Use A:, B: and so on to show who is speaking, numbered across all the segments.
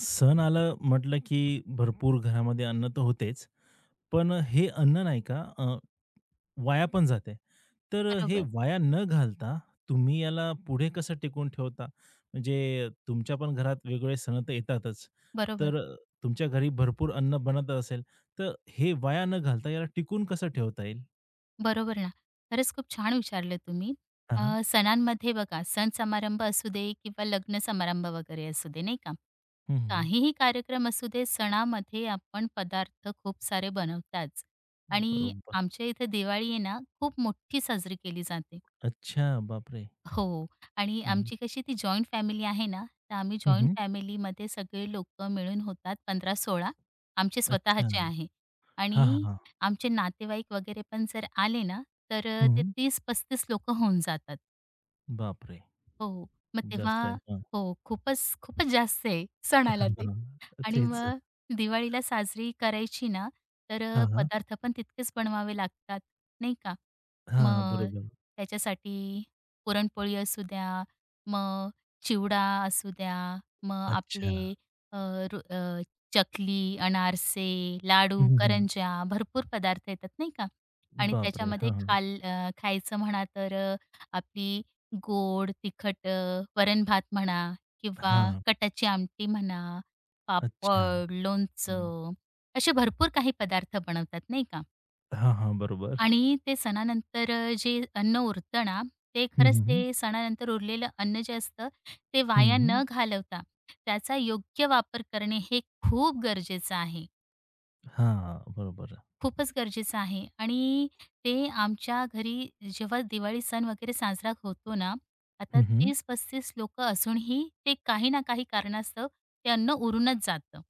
A: सण आलं म्हटलं की भरपूर घरामध्ये अन्न तर होतेच. पण हे अन्न नाही का वाया पण जाते. तर हे
B: बरोबर,
A: वाया न घालता तुम्ही याला पुढे कसं टिकवून ठेवता? म्हणजे तुमच्या पण घरात वेगवेगळे सण तर येतातच.
B: बरोबर,
A: तर तुमच्या घरी भरपूर अन्न बनत असेल, तर हे वाया न घालता याला टिकून कसं ठेवता येईल?
B: बरोबर ना. खरंच खूप छान विचारलं तुम्ही.
A: हां, हां.
B: सणांमध्ये बघा सण समारंभ असू दे किंवा लग्न समारंभ वगैरे असू दे, नाही का?
A: हं, हं.
B: काहीही कार्यक्रम असू दे, सणामध्ये आपण पदार्थ खूप सारे बनवताच. आणि
A: बरोबर.
B: आमच्या इथे दिवाळी आहे ना, खूप मोठी साजरी केली जाते.
A: अच्छा, बापरे!
B: हो. आणि
A: हं, हं.
B: आमची कशी ती जॉइंट फॅमिली आहे ना, तर आम्ही जॉइंट फॅमिलीमध्ये सगळे लोकं मिळून होतात 15-16. आमचे
A: अच्छा.
B: स्वतःचे आहे.
A: हां, हां,
B: आणि
A: हां.
B: आमचे नातेवाईक वगैरे पण जर आले ना, तर ते
A: हं.
B: 30-35 लोकं होऊन जातात.
A: बापरे!
B: हो. मग
A: खूप
B: तेव्हा
A: जास्त आहे.
B: हो, खूपच खूपच जास्त आहे
A: हां,
B: सणाला ते.
A: हां.
B: आणि
A: तेच.
B: मग दिवाळीला साजरी करायची ना, तर
A: हां, हां.
B: पदार्थ पण तितकेच बनवावे लागतात, नाही का?
A: हां,
B: मग
A: बरोबर.
B: त्याच्यासाठी पुरणपोळी असू द्या, मग चिवडा असू द्या, मग
A: अच्छा.
B: आपले अ, रु अ, चकली, अनारसे,
A: हं,
B: लाडू,
A: हं, हं.
B: करंज्या, भरपूर पदार्थ येतात, नाही का? आणि
A: बापरे!
B: त्याच्यामध्ये
A: हां, हां.
B: खायचं म्हणा तर आपली गोड, तिखट, वरण-भात म्हणा किंवा
A: हां.
B: कटाची आमटी म्हणा,
A: अच्छा.
B: पापड,
A: हं.
B: लोणचं, असे भरपूर काही पदार्थ बनवतात नाही का.
A: हां, हां. बरोबर.
B: आणि ते सणानंतर जे अन्न उरतं ना, ते
A: हं,
B: खरंच,
A: हं,
B: ते
A: हं.
B: सणानंतर उरलेलं अन्न जे असतं, ते
A: हं,
B: वाया
A: हं.
B: न घालवता त्याचा योग्य वापर करणे हे खूप गरजेचं आहे.
A: हां, बरोबर.
B: खूपच गरजेचं आहे. आणि ते आमच्या घरी जेव्हा दिवाळी सण वगैरे साजरा होतो ना, आता
A: हं, हं.
B: 30-35 लोकं असूनही, ते काही ना काही कारणास्तव ते अन्न उरूनच जातं.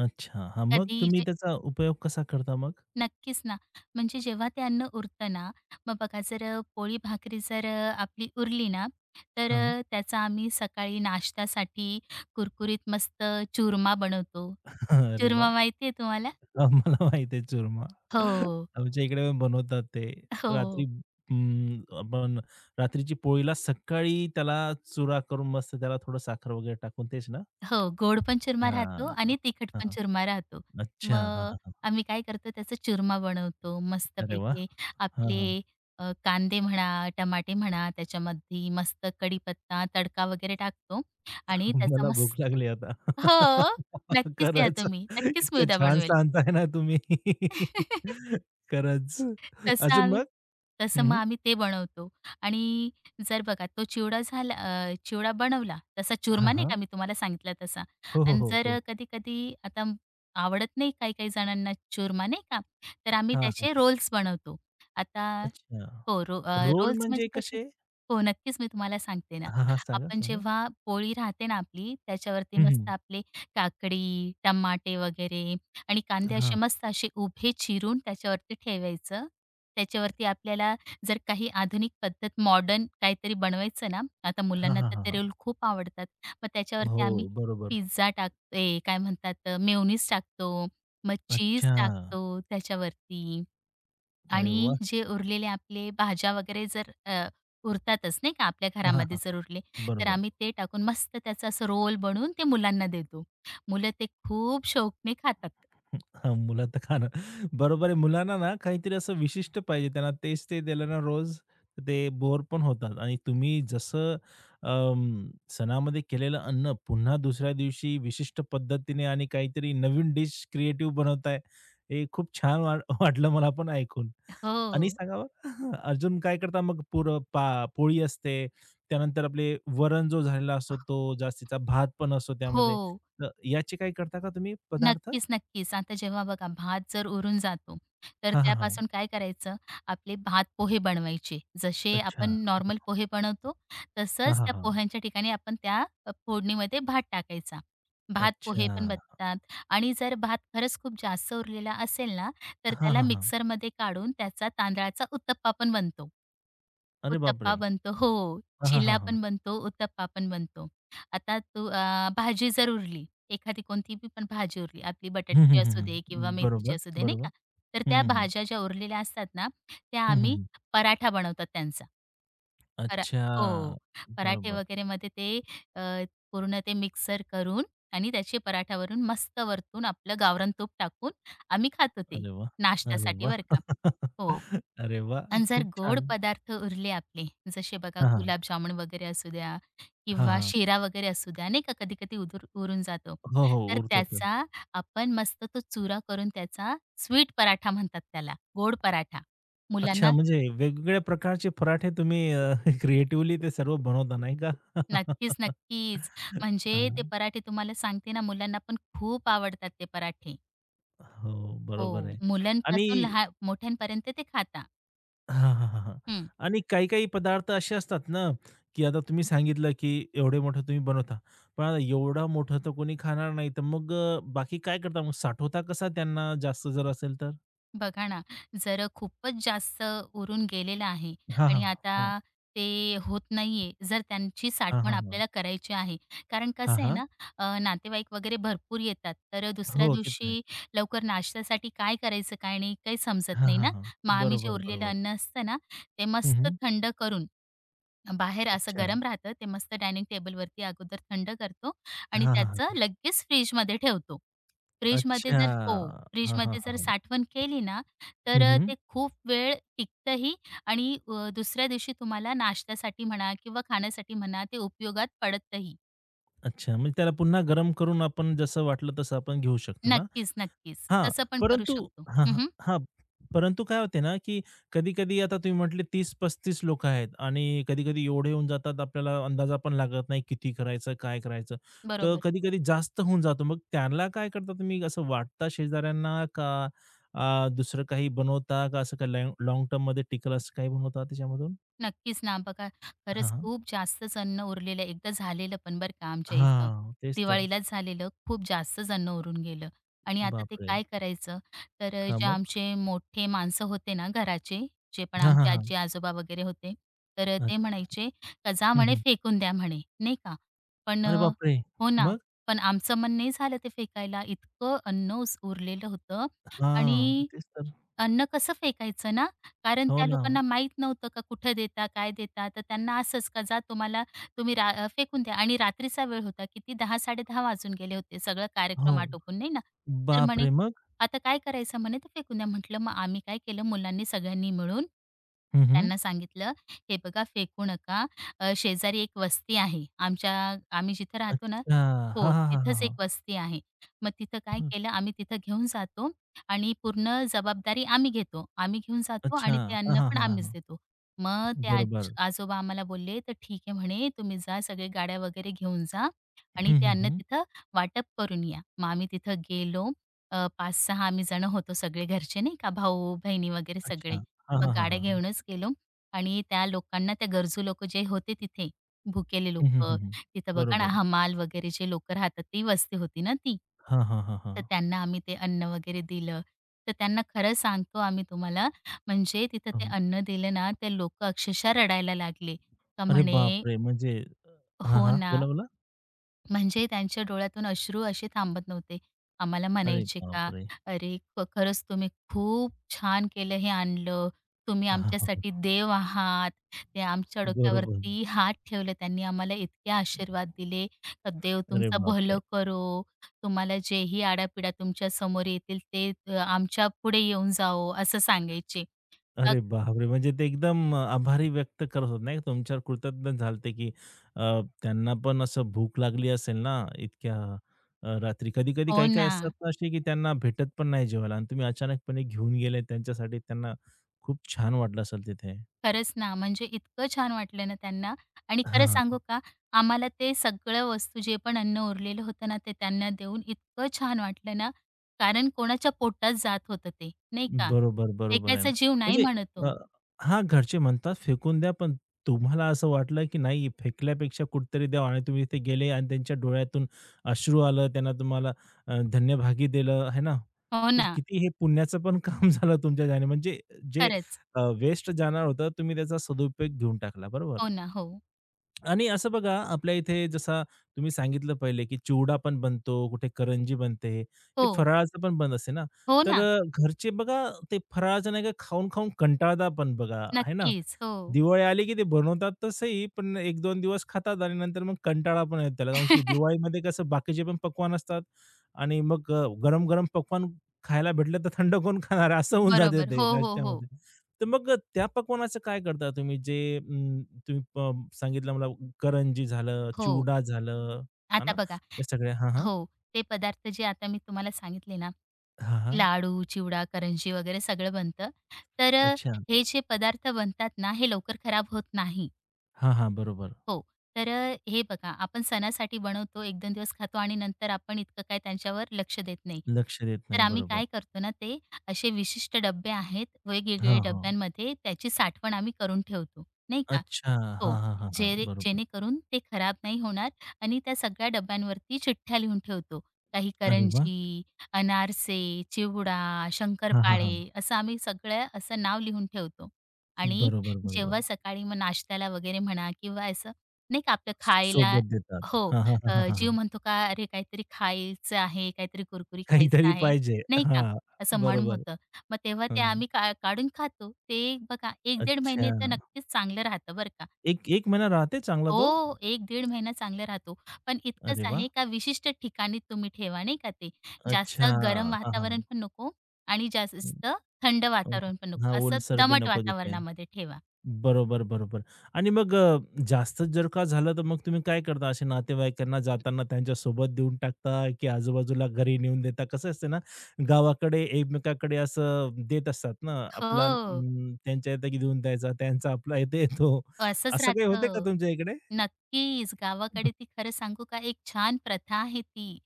A: अच्छा. हां, मग
B: कधी
A: तुम्ही त्याचा उपयोग कसा करता मग?
B: नक्कीच ना. म्हणजे जेव्हा ते अन्न उरतं ना, मग बघा, जर पोळी भाकरी जर आपली उरली ना, तर
A: हां.
B: त्याचा आम्ही सकाळी नाश्त्यासाठी कुरकुरीत मस्त चुरमा बनवतो.
A: अरे वाह!
B: चुरमा माहिती आहे तुम्हाला?
A: आम्हाला माहिती आहे चुरमा.
B: हो,
A: आमच्या इकडे पण बनवतात ते. रात्री
B: हो.
A: आपण रात्रीची पोळीला सकाळी त्याला चुरा करून मस्त त्याला थोडं साखर वगैरे टाकून तेच ना?
B: हो, गोड पण चुरमा राहतो
A: हां.
B: आणि तिखट
A: हां,
B: पण
A: हां.
B: चुरमा राहतो.
A: अच्छा. हां,
B: मग
A: हां, हां.
B: आम्ही काय करतो, त्याचा चुरमा बनवतो
A: अरे वाह!
B: मस्तपैकी.
A: हां,
B: आपले
A: हां.
B: कांदे म्हणा, टमाटे म्हणा, त्याच्यामध्ये मस्त कढीपत्ता, तडका वगैरे टाकतो आणि त्याचा
A: मला भूक
B: मस्त.
A: लागली आता.
B: हो, नक्कीच या
A: खरंच.
B: तुम्ही. नक्कीच मी
A: इतकं
B: उद्या
A: छान
B: बनवेल.
A: सांगताय ना तुम्ही. खरंच.
B: तसं
A: अजून
B: आम्ही,
A: मग?
B: तसं
A: हं,
B: मग
A: हं.
B: आम्ही ते बनवतो. आणि जर बघा तो चिवडा झाला, चिवडा बनवला, तसा
A: हां,
B: चुरमा नाही
A: हां.
B: का, मी तुम्हाला सांगितला तसा.
A: हो, हो,
B: आणि
A: हो, हो.
B: जर कधी-कधी आता आवडत नाही काही-काही जणांना चुरमा नाही का, तर आम्ही
A: हां, हां.
B: त्याचे रोल्स बनवतो. आता
A: अच्छा.
B: हो,
A: रोल
B: रोल्स
A: म्हणजे
B: म्हणजे कसे?
A: कसे?
B: हो, नक्कीच मी तुम्हाला सांगते ना.
A: हां, हां. सांगा,
B: आपण
A: सांगा.
B: जेव्हा पोळी राहते ना आपली, त्याच्यावरती
A: हं, हं.
B: मस्त आपले काकडी, टमाटे वगैरे आणि कांदे असे
A: हां.
B: मस्त असे उभे चिरून त्याच्यावरती ठेवायचं. त्याच्यावरती आपल्याला जर काही आधुनिक पद्धत, मॉडर्न काहीतरी बनवायचं ना, आता
A: हां,
B: मुलांना
A: हां,
B: तर
A: हां,
B: ते रोल
A: हां.
B: खूप आवडतात. मग
A: हो,
B: त्याच्यावरती आम्ही
A: बरोबर.
B: पिझ्झा टाकतो, ए काय म्हणतात, मेयोनीज टाकतो, मग चीज
A: अच्छा.
B: टाकतो त्याच्यावरती.
A: अरे
B: आणि
A: वाह!
B: जे उरलेले आपले भाज्या वगैरे जर उरतातच नाही का आपल्या
A: हां, हां,
B: घरामध्ये,
A: हां,
B: जर उरले, तर
A: बरोबर.
B: आम्ही ते टाकून मस्त त्याचा असं रोल बनवून ते मुलांना देतो. मुलं ते खूप शौकने खातात.
A: हां, मुलं तर खाणं. बरोबर आहे. मुलांना ना काहीतरी असं विशिष्ट पाहिजे. त्यांना तेच ते दिलं ना रोज, ते बोर पण होतात आणि तुम्ही जसं सणामध्ये केलेलं अन्न पुन्हा दुसऱ्या दिवशी विशिष्ट पद्धतीने आणि काहीतरी नवीन डिश क्रिएटिव्ह बनवताय. हे खूप छान वाटलं मला पण ऐकून.
B: हो.
A: आणि सांगा बरं अजून काय करता मग पुरं पा पोळी असते. त्यानंतर आपले वरण जो झालेला असतो तो, जास्तीचा भात पण असतो त्यामध्ये.
B: हो.
A: तर याचे काही करता का तुम्ही पदार्थ?
B: नक्कीच, नक्कीच. आता जेव्हा बघा भात जर उरून जातो, तर
A: हां, हां, हां.
B: त्यापासून काय करायचं, आपले भात पोहे बनवायचे. जसे आपण
A: अच्छा.
B: नॉर्मल पोहे बनवतो,
A: हां,
B: तसंच
A: हां,
B: त्या
A: हां.
B: पोह्यांच्या ठिकाणी आपण त्या फोडणीमध्ये भात टाकायचा. भात पोहे पण
A: अच्छा.
B: बनतात. आणि जर भात खरंच खूप जास्त उरलेला असेल ना, तर
A: हां,
B: त्याला
A: हां, हां.
B: मिक्सरमध्ये काढून त्याचा तांदळाचा उत्तप्पा पण बनतो.
A: अरे
B: उत्तप्पा
A: बापरे!
B: बनतो हो.
A: हां, हां, हां,
B: चिल्ला
A: हां.
B: पण बनतो, उत्तप्पा पण बनतो. आता तू, भाजी जर उरली, एखादी कोणतीबी पण भाजी उरली, आपली
A: हं,
B: बटाट्याची
A: हं, हं,
B: असू दे किंवा
A: हं.
B: मेथीची
A: बरोबर,
B: असू दे, नाही
A: बरोबर.
B: का. तर
A: हं,
B: त्या
A: हं, हं.
B: भाज्या ज्या उरलेल्या असतात ना, त्या
A: हं, हं,
B: आम्ही
A: हं.
B: पराठा बनवतात त्यांचा. परा
A: अच्छा.
B: हो. पराठे
A: बरोबर.
B: वगैरेमध्ये ते अ, पूर्ण ते मिक्सर करून आणि त्याचे पराठ्यावरून मस्त वरतून आपलं गावरान तूप टाकून आम्ही खातो ते,
A: अरे वाह! अरे
B: नाश्त्यासाठी
A: वाह!
B: बरं का. हो.
A: अरे वाह!
B: आणि जर
A: खूप
B: गोड
A: छान.
B: पदार्थ उरले आपले, जसे बघा
A: हां, हां.
B: गुलाबजामुन वगैरे असू द्या
A: हां,
B: किंवा
A: हां.
B: शिरा वगैरे असू द्या, नाही का, कधी-कधी उदूर उरून जातो.
A: हो, हो.
B: तर
A: उरतं.
B: त्याचा आपण मस्त तो चुरा करून त्याचा स्वीट पराठा म्हणतात त्याला, गोड पराठा.
A: अच्छा,
B: मुलांना
A: म्हणजे वेगवेगळ्या प्रकारचे पराठे तुम्ही क्रिएटिव्हली ते सर्व बनवता नाही का?
B: नक्कीच, नक्कीच.
A: अ,
B: म्हणजे ते पराठे तुम्हाला सांगते ना, मुलांना पण खूप आवडतात ते पराठे.
A: हो.
B: हो,
A: बरोबर आहे.
B: मुलांपासून
A: आणि
B: लहान मोठ्यांपर्यंत ते खाता.
A: हां, हां, हां, हां.
B: हं.
A: आणि काही-काही पदार्थ असे असतात ना, की आता तुम्ही सांगितलं, की एवढे मोठं तुम्ही बनवता. पण आता एवढा मोठं तर कोणी खाणार नाही. तर मग बाकी काय करता मग साठवता कसा त्यांना जास्त जर असेल तर?
B: बघा ना, जर खूपच जास्त उरून गेलेलं आहे
A: हां, हां,
B: आणि
A: हां.
B: आता ते होत नाहीये, जर त्यांची
A: हां,
B: साठवण
A: हां, हां.
B: आपल्याला करायची आहे. कारण
A: हां,
B: कसं आहे
A: हां.
B: ना, नातेवाईक वगैरे भरपूर येतात, तर दुसऱ्या
A: हो, ते तर आहे.
B: दिवशी लवकर नाश्त्यासाठी काय करायचं, काय नाही, काही समजत
A: हां,
B: नाही
A: हां,
B: ना.
A: हां.
B: मग आम्ही जे
A: बरोबर,
B: उरलेलं
A: बरोबर.
B: अन्न असतं ना, ते
A: हं,
B: मस्त
A: हं.
B: थंड करून, बाहेर असं
A: अच्छा.
B: गरम राहतं, ते मस्त डायनिंग टेबलवरती अगोदर थंड करतो आणि
A: हां, हां,
B: त्याचं
A: हां.
B: लगेच फ्रिजमध्ये ठेवतो. फ्रिजमध्ये
A: अच्छा.
B: जर हो,
A: हां, हां,
B: फ्रिजमध्ये
A: हां,
B: जर
A: हां.
B: साठवण केली ना, तर
A: हं, हं.
B: ते खूप वेळ टिकतंही आणि दुसऱ्या दिवशी तुम्हाला नाश्त्यासाठी म्हणा किंवा खाण्यासाठी म्हणा, ते उपयोगात पडतही.
A: अच्छा, म्हणजे त्याला पुन्हा गरम करून आपण जसं वाटलं तसं आपण घेऊ शकतो ना?
B: नक्कीच, नक्कीच.
A: हां,
B: तसं पण करू
A: परंतु
B: शकतो.
A: हां, हां,
B: हं,
A: हां. परंतु काय होते ना, की कधी-कधी आता तुम्ही म्हटले 30-35 लोकं आहेत आणि कधी-कधी एवढे होऊन जातात आपल्याला अंदाजा पण लागत नाही किती करायचं, काय करायचं. तर
B: बरोबर.
A: कधी-कधी जास्त होऊन जातो. मग त्याला काय करता तुम्ही? असं वाटता शेजाऱ्यांना का दुसरं काही बनवता का असं काही लाँग टर्ममध्ये टिकेल असं काही बनवता त्याच्यामधून?
B: नक्कीच ना. बघा,
A: हां,
B: खरंच
A: हां.
B: खूप जास्तच अन्न उरलेलं. एकदा झालेलं पण बरं का आमच्या इथं.
A: हां, तेच तर.
B: दिवाळीलाच झालेलं. खूप जास्तच अन्न उरून गेलं आणि आता ते
A: बापरे!
B: काय करायचं? तर
A: हां,
B: जे
A: मग?
B: आमचे मोठे माणसं होते ना घराचे, जे पण
A: हां, हां,
B: आमचे
A: हां.
B: आजी-आजोबा वगैरे होते, तर ते
A: अच्छा.
B: म्हणायचे, "का जा
A: हं,
B: म्हणे
A: हं.
B: फेकून द्या" म्हणे, नाही का. पण
A: अरे बापरे!
B: हो ना,
A: मग?
B: पण आमचं मन नाही झालं ते फेकायला. इतकं अन्न उरलेलं होतं आणि
A: हां, तेच तर.
B: अन्न कसं फेकायचं ना, कारण
A: हो
B: त्या
A: ना.
B: लोकांना माहीत नव्हतं का, कुठं देता, काय देता? तर त्यांना असंच का जा, तुम्हाला, फेकून द्या. आणि रात्रीचा वेळ होता, किती 10:00-10:30 वाजून गेले होते, सगळं
A: हो.
B: कार्यक्रम आटोपून नाही ना. तर म्हणे,
A: बापरे! मग?
B: "आता काय करायचं?" म्हणे, "तर फेकून द्या." म्हटलं, "मग आम्ही काय केलं मुलांनी सगळ्यांनी मिळून
A: हं, हं.
B: त्यांना सांगितलं, "हे बघा फेकू नका. शेजारी एक वस्ती आहे. आम्ही जिथं राहतो ना,
A: अच्छा. हां,
B: हो,
A: हां, हां, हां,
B: तिथंच एक
A: हां.
B: वस्ती आहे. मग तिथं काय
A: हं.
B: केलं, आम्ही तिथं घेऊन जातो आणि पूर्ण जबाबदारी आम्ही घेतो. आम्ही घेऊन जातो
A: अच्छा.
B: आणि ते
A: हां,
B: अन्न
A: हां,
B: पण
A: हां, हां,
B: आम्हीच
A: हां.
B: देतो. मग ते आज
A: बरोबर.
B: आजोबा आम्हाला बोलले, "तर ठीक आहे," म्हणे, "तुम्ही जा, सगळे गाड्या वगैरे घेऊन जा आणि
A: हं,
B: ते
A: हं,
B: अन्न
A: हं.
B: तिथं वाटप करून या." मग आम्ही तिथं गेलो. 5-6 आम्ही जण होतो, सगळे घरचे नाही का, भाऊ, बहिणी वगैरे
A: अच्छा.
B: सगळे.
A: हां,
B: मग
A: हां, हां,
B: गाड्या
A: हां, हां.
B: घेऊनच गेलो आणि त्या लोकांना, त्या गरजू लोकं जे होते तिथे, भुकेले
A: हं, हं,
B: लोकं,
A: हं, हं.
B: तिथं बघा ना,
A: बरोबर.
B: हमाल वगैरे जे लोकं राहतात, ती वस्ती होती ना ती.
A: हां, हां, हां, हां.
B: तर त्यांना आम्ही ते अन्न वगैरे दिलं. तर त्यांना खरं सांगतो आम्ही तुम्हाला, म्हणजे तिथं ते
A: हं.
B: अन्न दिलं ना, ते लोकं अक्षरशः रडायला लागले. का
A: अरे
B: म्हणे,
A: बापरे! म्हणजे हां,
B: हो
A: हां.
B: ना.
A: बोला, बोला.
B: म्हणजे त्यांच्या डोळ्यातून अश्रू असे थांबत नव्हते. आम्हाला
A: अरे
B: म्हणायचे का,
A: बापरे!
B: "अरे, खरंच तुम्ही खूप छान केलं हे आणलं. तुम्ही
A: हां, हां,
B: आमच्यासाठी
A: हां.
B: देव आहात." ते आमच्या
A: बरोबर.
B: डोक्यावरती हात ठेवले त्यांनी. आम्हाला इतके आशीर्वाद दिले. का, "देव
A: अरे
B: तुमचं
A: बापरे!
B: भलं करो. तुम्हाला जेही आडापिडा तुमच्या समोर येतील ते आमच्या पुढे येऊन जाओ." असं सांगायचे. अ,
A: अरे बापरे! म्हणजे ते एकदम आभारी व्यक्त करत होते नाही का, तुमच्यावर कृतज्ञ झालते, की त्यांना पण असं भूक लागली असेल ना इतक्या रात्री. कधी-कधी
B: हो
A: काही-काही
B: ना.
A: असतात ना असे, की त्यांना भेटत पण नाही जेवायला आणि तुम्ही अचानकपणे घेऊन गेले त्यांच्यासाठी त्यांना खूप छान वाटलं असेल तिथे.
B: खरंच ना, म्हणजे इतकं छान वाटलं ना त्यांना. आणि खरं सांगू का, आम्हाला ते सगळं वस्तू जे पण अन्न उरलेलं होतं ना, ते त्यांना देऊन इतकं छान वाटलं ना, कारण कोणाच्या पोटात जात होतं ते, नाही का?
A: बरोबर, बरोबर आहे ना.
B: फेकायचा जीव नाही
A: म्हणजे
B: म्हणत.
A: अ, हां, घरचे म्हणतात फेकून द्या, पण तुम्हाला असं वाटलं, की नाही फेकल्यापेक्षा कुठेतरी द्यावं आणि तुम्ही तिथे गेले आणि त्यांच्या डोळ्यातून अश्रू आलं, त्यांना तुम्हाला धन्यभागी दिलं, आहे ना?
B: हो
A: तर
B: ना,
A: किती हे पुण्याचं पण काम झालं तुमच्या ह्याने. म्हणजे जे
B: खरंच.
A: वेस्ट जाणार होतं, तुम्ही त्याचा सदुपयोग घेऊन टाकला. बरोबर?
B: हो ना, हो.
A: आणि असं बघा, आपल्या इथे जसा तुम्ही सांगितलं पहिले, की चिवडा पण बनतो, कुठे करंजी बनते, हे
B: हो,
A: फराळाचं पण बनत असते ना.
B: हो
A: तर
B: ना,
A: घरचे बघा, ते फराळाचं नाही का खाऊन-खाऊन कंटाळता पण बघा, आहे ना.
B: नक्कीच. हो.
A: दिवाळी आली की ते बनवतात तसंही, पण एक दोन दिवस खातात आणि नंतर मग कंटाळा पण येतो त्याला कारण की दिवाळीमध्ये कसं बाकीचे पण पक्वान असतात आणि मग गरम-गरम पकवान खायला भेटलं तर थंड कोण खाणार आहे? असं होऊन जाते
B: बरोबर.
A: ते
B: हो, हो, हो.
A: नाश्त्यामध्ये. तर मग त्या पकवानाचं काय करता तुम्ही? जे अं, तुम्ही सांगितलं मला करंजी झालं,
B: हो.
A: चिवडा झालं, आहे
B: आता
A: ना?
B: बघा,
A: हे सगळे हां, हां.
B: हो, ते पदार्थ जे आता मी तुम्हाला सांगितले ना,
A: हां, हां.
B: लाडू, चिवडा, करंजी वगैरे, सगळं बनतं. तर
A: अच्छा.
B: हे जे पदार्थ बनतात ना, हे लवकर खराब होत नाही.
A: हां, हां. बरोबर.
B: हो. तर हे बघा, आपण सणासाठी बनवतो, 1-2 दिवस खातो आणि नंतर आपण इतकं काय त्यांच्यावर लक्ष देत नाही.
A: लक्ष देत
B: तर
A: नाही.
B: आम्ही
A: बरोबर.
B: काय करतो ना, ते असे विशिष्ट डब्बे आहेत, वेगवेगळे
A: हां, हां.
B: डब्यांमध्ये त्याची साठवण आम्ही करून ठेवतो, नाही का?
A: अच्छा. हां,
B: हो.
A: हां, हां, हां.
B: जेणे
A: बरोबर.
B: जेणेकरून ते खराब नाही होणार आणि त्या सगळ्या डब्यांवरती चिठ्ठ्या लिहून ठेवतो. काही
A: अरे वाह!
B: करंजी, अनारसे, चिवडा,
A: हां, हां, हां.
B: शंकरपाळे, असं आम्ही सगळं असं नाव लिहून ठेवतो. आणि
A: बरोबर, बरोबर.
B: जेव्हा सकाळी मग नाश्त्याला वगैरे म्हणा किंवा, नाही का आपलं खायला,
A: सोबत देतात.
B: हो,
A: हां, हां, हां,
B: अ,
A: हां,
B: जीव
A: हां,
B: म्हणतो का, अरे काहीतरी खायचं आहे, काहीतरी कुरकुरी खायचं
A: काहीतरी
B: आहे,
A: पाहिजे.
B: नाही का?
A: हां,
B: असं मन
A: बरोबर.
B: होतं. मग तेव्हा ते
A: हां.
B: आम्ही का काढून खातो. ते बघा 1-1.5
A: अच्छा.
B: महिने तर नक्कीच चांगलं राहतं बरं का.
A: एक 1 महिना राहते चांगला तो?
B: हो, 1-1.5 महिना चांगला राहतो. पण इतकंच
A: अरे वाह!
B: आहे का, विशिष्ट ठिकाणी तुम्ही ठेवा नाही का ते.
A: अच्छा.
B: जास्त गरम
A: हां, हां, हां.
B: वातावरण पण नको आणि जास्त थंड
A: अ,
B: वातावरण पण नको.
A: हां,
B: असं
A: ओलसर बी
B: दमट
A: नको तिथे.
B: वातावरणामध्ये ठेवा.
A: बरोबर, बरोबर. आणि मग जास्तच जर का झालं, तर मग तुम्ही काय करता? असे नातेवाईकांना जाताना त्यांच्यासोबत देऊन टाकता, की आजूबाजूला घरी नेऊन देता? कसं असतं ना, गावाकडे एकमेकाकडे असं देत असतात ना, आपला
B: हो.
A: अं, त्यांच्या इथं देऊन द्यायचा, त्यांचा आपला इथे येतो.
B: असंच
A: असं काही होते का
B: राहतं.
A: तुमच्या इकडे?
B: नक्कीच. गावाकडे ती, खरं सांगू का, एक छान प्रथा आहे ती.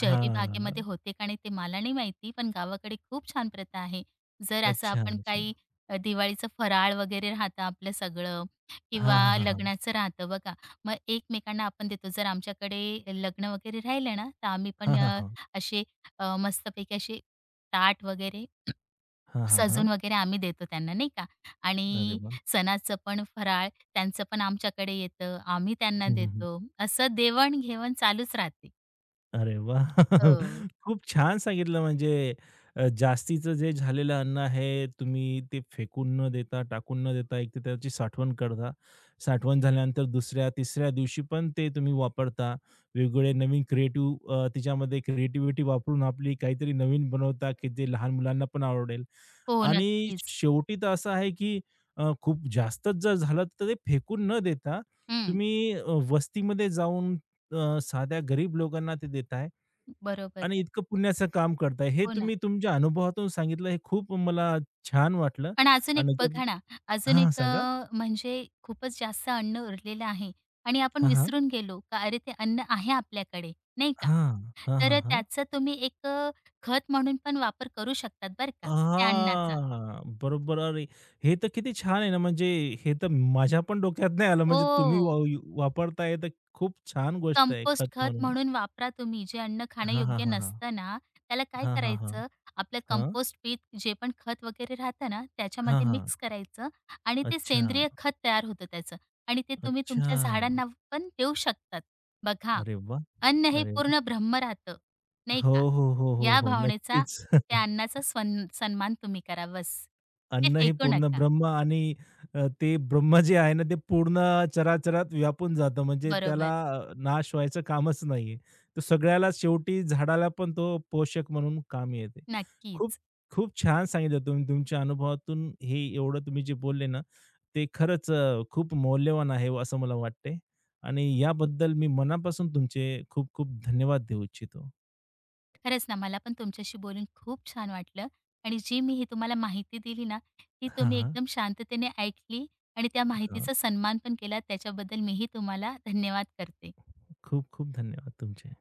B: शहरी भागेमध्ये
A: हां.
B: होते का नाही ते मला नाही माहिती, पण गावाकडे खूप छान प्रथा आहे. जर असं
A: अच्छा,
B: आपण
A: अच्छा.
B: काही दिवाळीचं फराळ वगैरे राहतं आपलं सगळं, किंवा
A: हां, हां, हां, हां.
B: लग्नाचं राहतं बघा. मग एकमेकांना आपण देतो. जर आमच्याकडे लग्न वगैरे राहिले ना, तर आम्ही
A: हां,
B: पण
A: हां, हां.
B: असे मस्तपैकी असे ताट वगैरे
A: हां, हां, हां.
B: सजून वगैरे आम्ही देतो त्यांना नाही का.
A: अरे
B: आणि
A: वाह!
B: सणाचं पण फराळ त्यांचं पण आमच्याकडे येतं, आम्ही त्यांना
A: हं, हं,
B: देतो. असं देवाण-घेवाण चालूच राहते.
A: अरे वाह!
B: हो.
A: खूप छान सांगितलं म्हणजे जास्तीचं जे झालेलं अन्न आहे, तुम्ही ते फेकून न देता, टाकून न देता, एक तर त्याची साठवण करता. साठवण झाल्यानंतर दुसऱ्या, तिसऱ्या दिवशी पण ते तुम्ही वापरता. वेगवेगळे नवीन क्रिएटिव्ह क्रिएटिव्हिटी वापरून आपली काहीतरी नवीन बनवता, की जे लहान मुलांना पण आवडेल
B: हो,
A: आणि
B: नक्कीच.
A: शेवटी तर असं आहे, की खूप जास्तच जर झालं, तर ते फेकून न देता
B: हं,
A: तुम्ही वस्तीमध्ये जाऊन साध्या गरीब लोकांना ते देताय.
B: बरोबर.
A: आणि इतकं पुण्याचं काम करताय. हे
B: हो ना.
A: तुम्ही तुमच्या अनुभवातून सांगितलं, हे खूप मला छान वाटलं
B: आणि अजून एक
A: आणि त्यात
B: बघा ना,
A: हां, सांगा.
B: म्हणजे खूपच जास्त अन्न उरलेलं आहे आणि आपण
A: हां, हां.
B: विसरून गेलो का, अरे ते अन्न आहे आपल्याकडे, नाही का?
A: हां. हां, हां,
B: तर
A: हां.
B: त्याचा तुम्ही एक, खत म्हणून पण वापर करू शकतात बरं का, त्या अन्नाचा.
A: हां, बरोबर. अरे, हे तर किती छान आहे ना, म्हणजे हे तर माझ्या पण डोक्यात नाही आलं. म्हणजे तुम्ही
B: हो.
A: वापरताय तर खूप छान गोष्ट आहे
B: कंपोस्ट
A: खत
B: खत
A: म्हणून.
B: म्हणून वापरा तुम्ही. जे अन्न
A: हां, हां,
B: खाण्यायोग्य
A: हां, हां.
B: नसतं ना, त्याला काय
A: हां, हां, हां.
B: करायचं, आपलं
A: हां.
B: कंपोस्ट पीत जे पण खत वगैरे राहतं ना,
A: हां,
B: त्याच्यामध्ये
A: हां.
B: मिक्स करायचं आणि ते
A: अच्छा,
B: सेंद्रिय खत तयार होतं त्याचं. आणि ते तुम्ही
A: अच्छा.
B: तुमच्या झाडांना पण देऊ शकतात. बघा,
A: अरे वाह!
B: अन्न हे
A: अरे वाह!
B: पूर्ण ब्रह्म राहतं, नाही
A: हो,
B: का?
A: हो, हो, हो,
B: या
A: हो.
B: भावनेचा,
A: नक्कीच.
B: त्या अन्नाचा सन्मान तुम्ही करा बस. ते
A: अन्न हे
B: फेकू
A: पूर्ण
B: नका.
A: ब्रह्म आणि ते ब्रह्म जे आहे ना, ते पूर्ण चराचरात व्यापून जातं. म्हणजे त्याला
B: बरोबर.
A: नाश व्हायचं कामच नाहीये. तो सगळ्याला शेवटी झाडाला पण तो पोषक म्हणून कामी येते. खूप
B: नक्कीच.
A: खूप छान सांगितलं तुम्ही तुमच्या अनुभवातून हे एवढं तुम्ही जे बोलले ना, ते खरंच खूप मौल्यवान आहे असं मला वाटते आणि याबद्दल मी मनापासून तुमचे खूप खूप धन्यवाद देऊ इच्छितो.
B: खरंच ना, मला पण तुमच्याशी बोलून खूप छान वाटलं. आणि जी मी ही तुम्हाला माहिती दिली ना, ती
A: हां,
B: तुम्ही
A: हां.
B: एकदम शांततेने ऐकली आणि त्या
A: हां.
B: माहितीचा सन्मान पण केला. त्याच्याबद्दल मीही तुम्हाला धन्यवाद करते.
A: खूप खूप धन्यवाद तुमचे.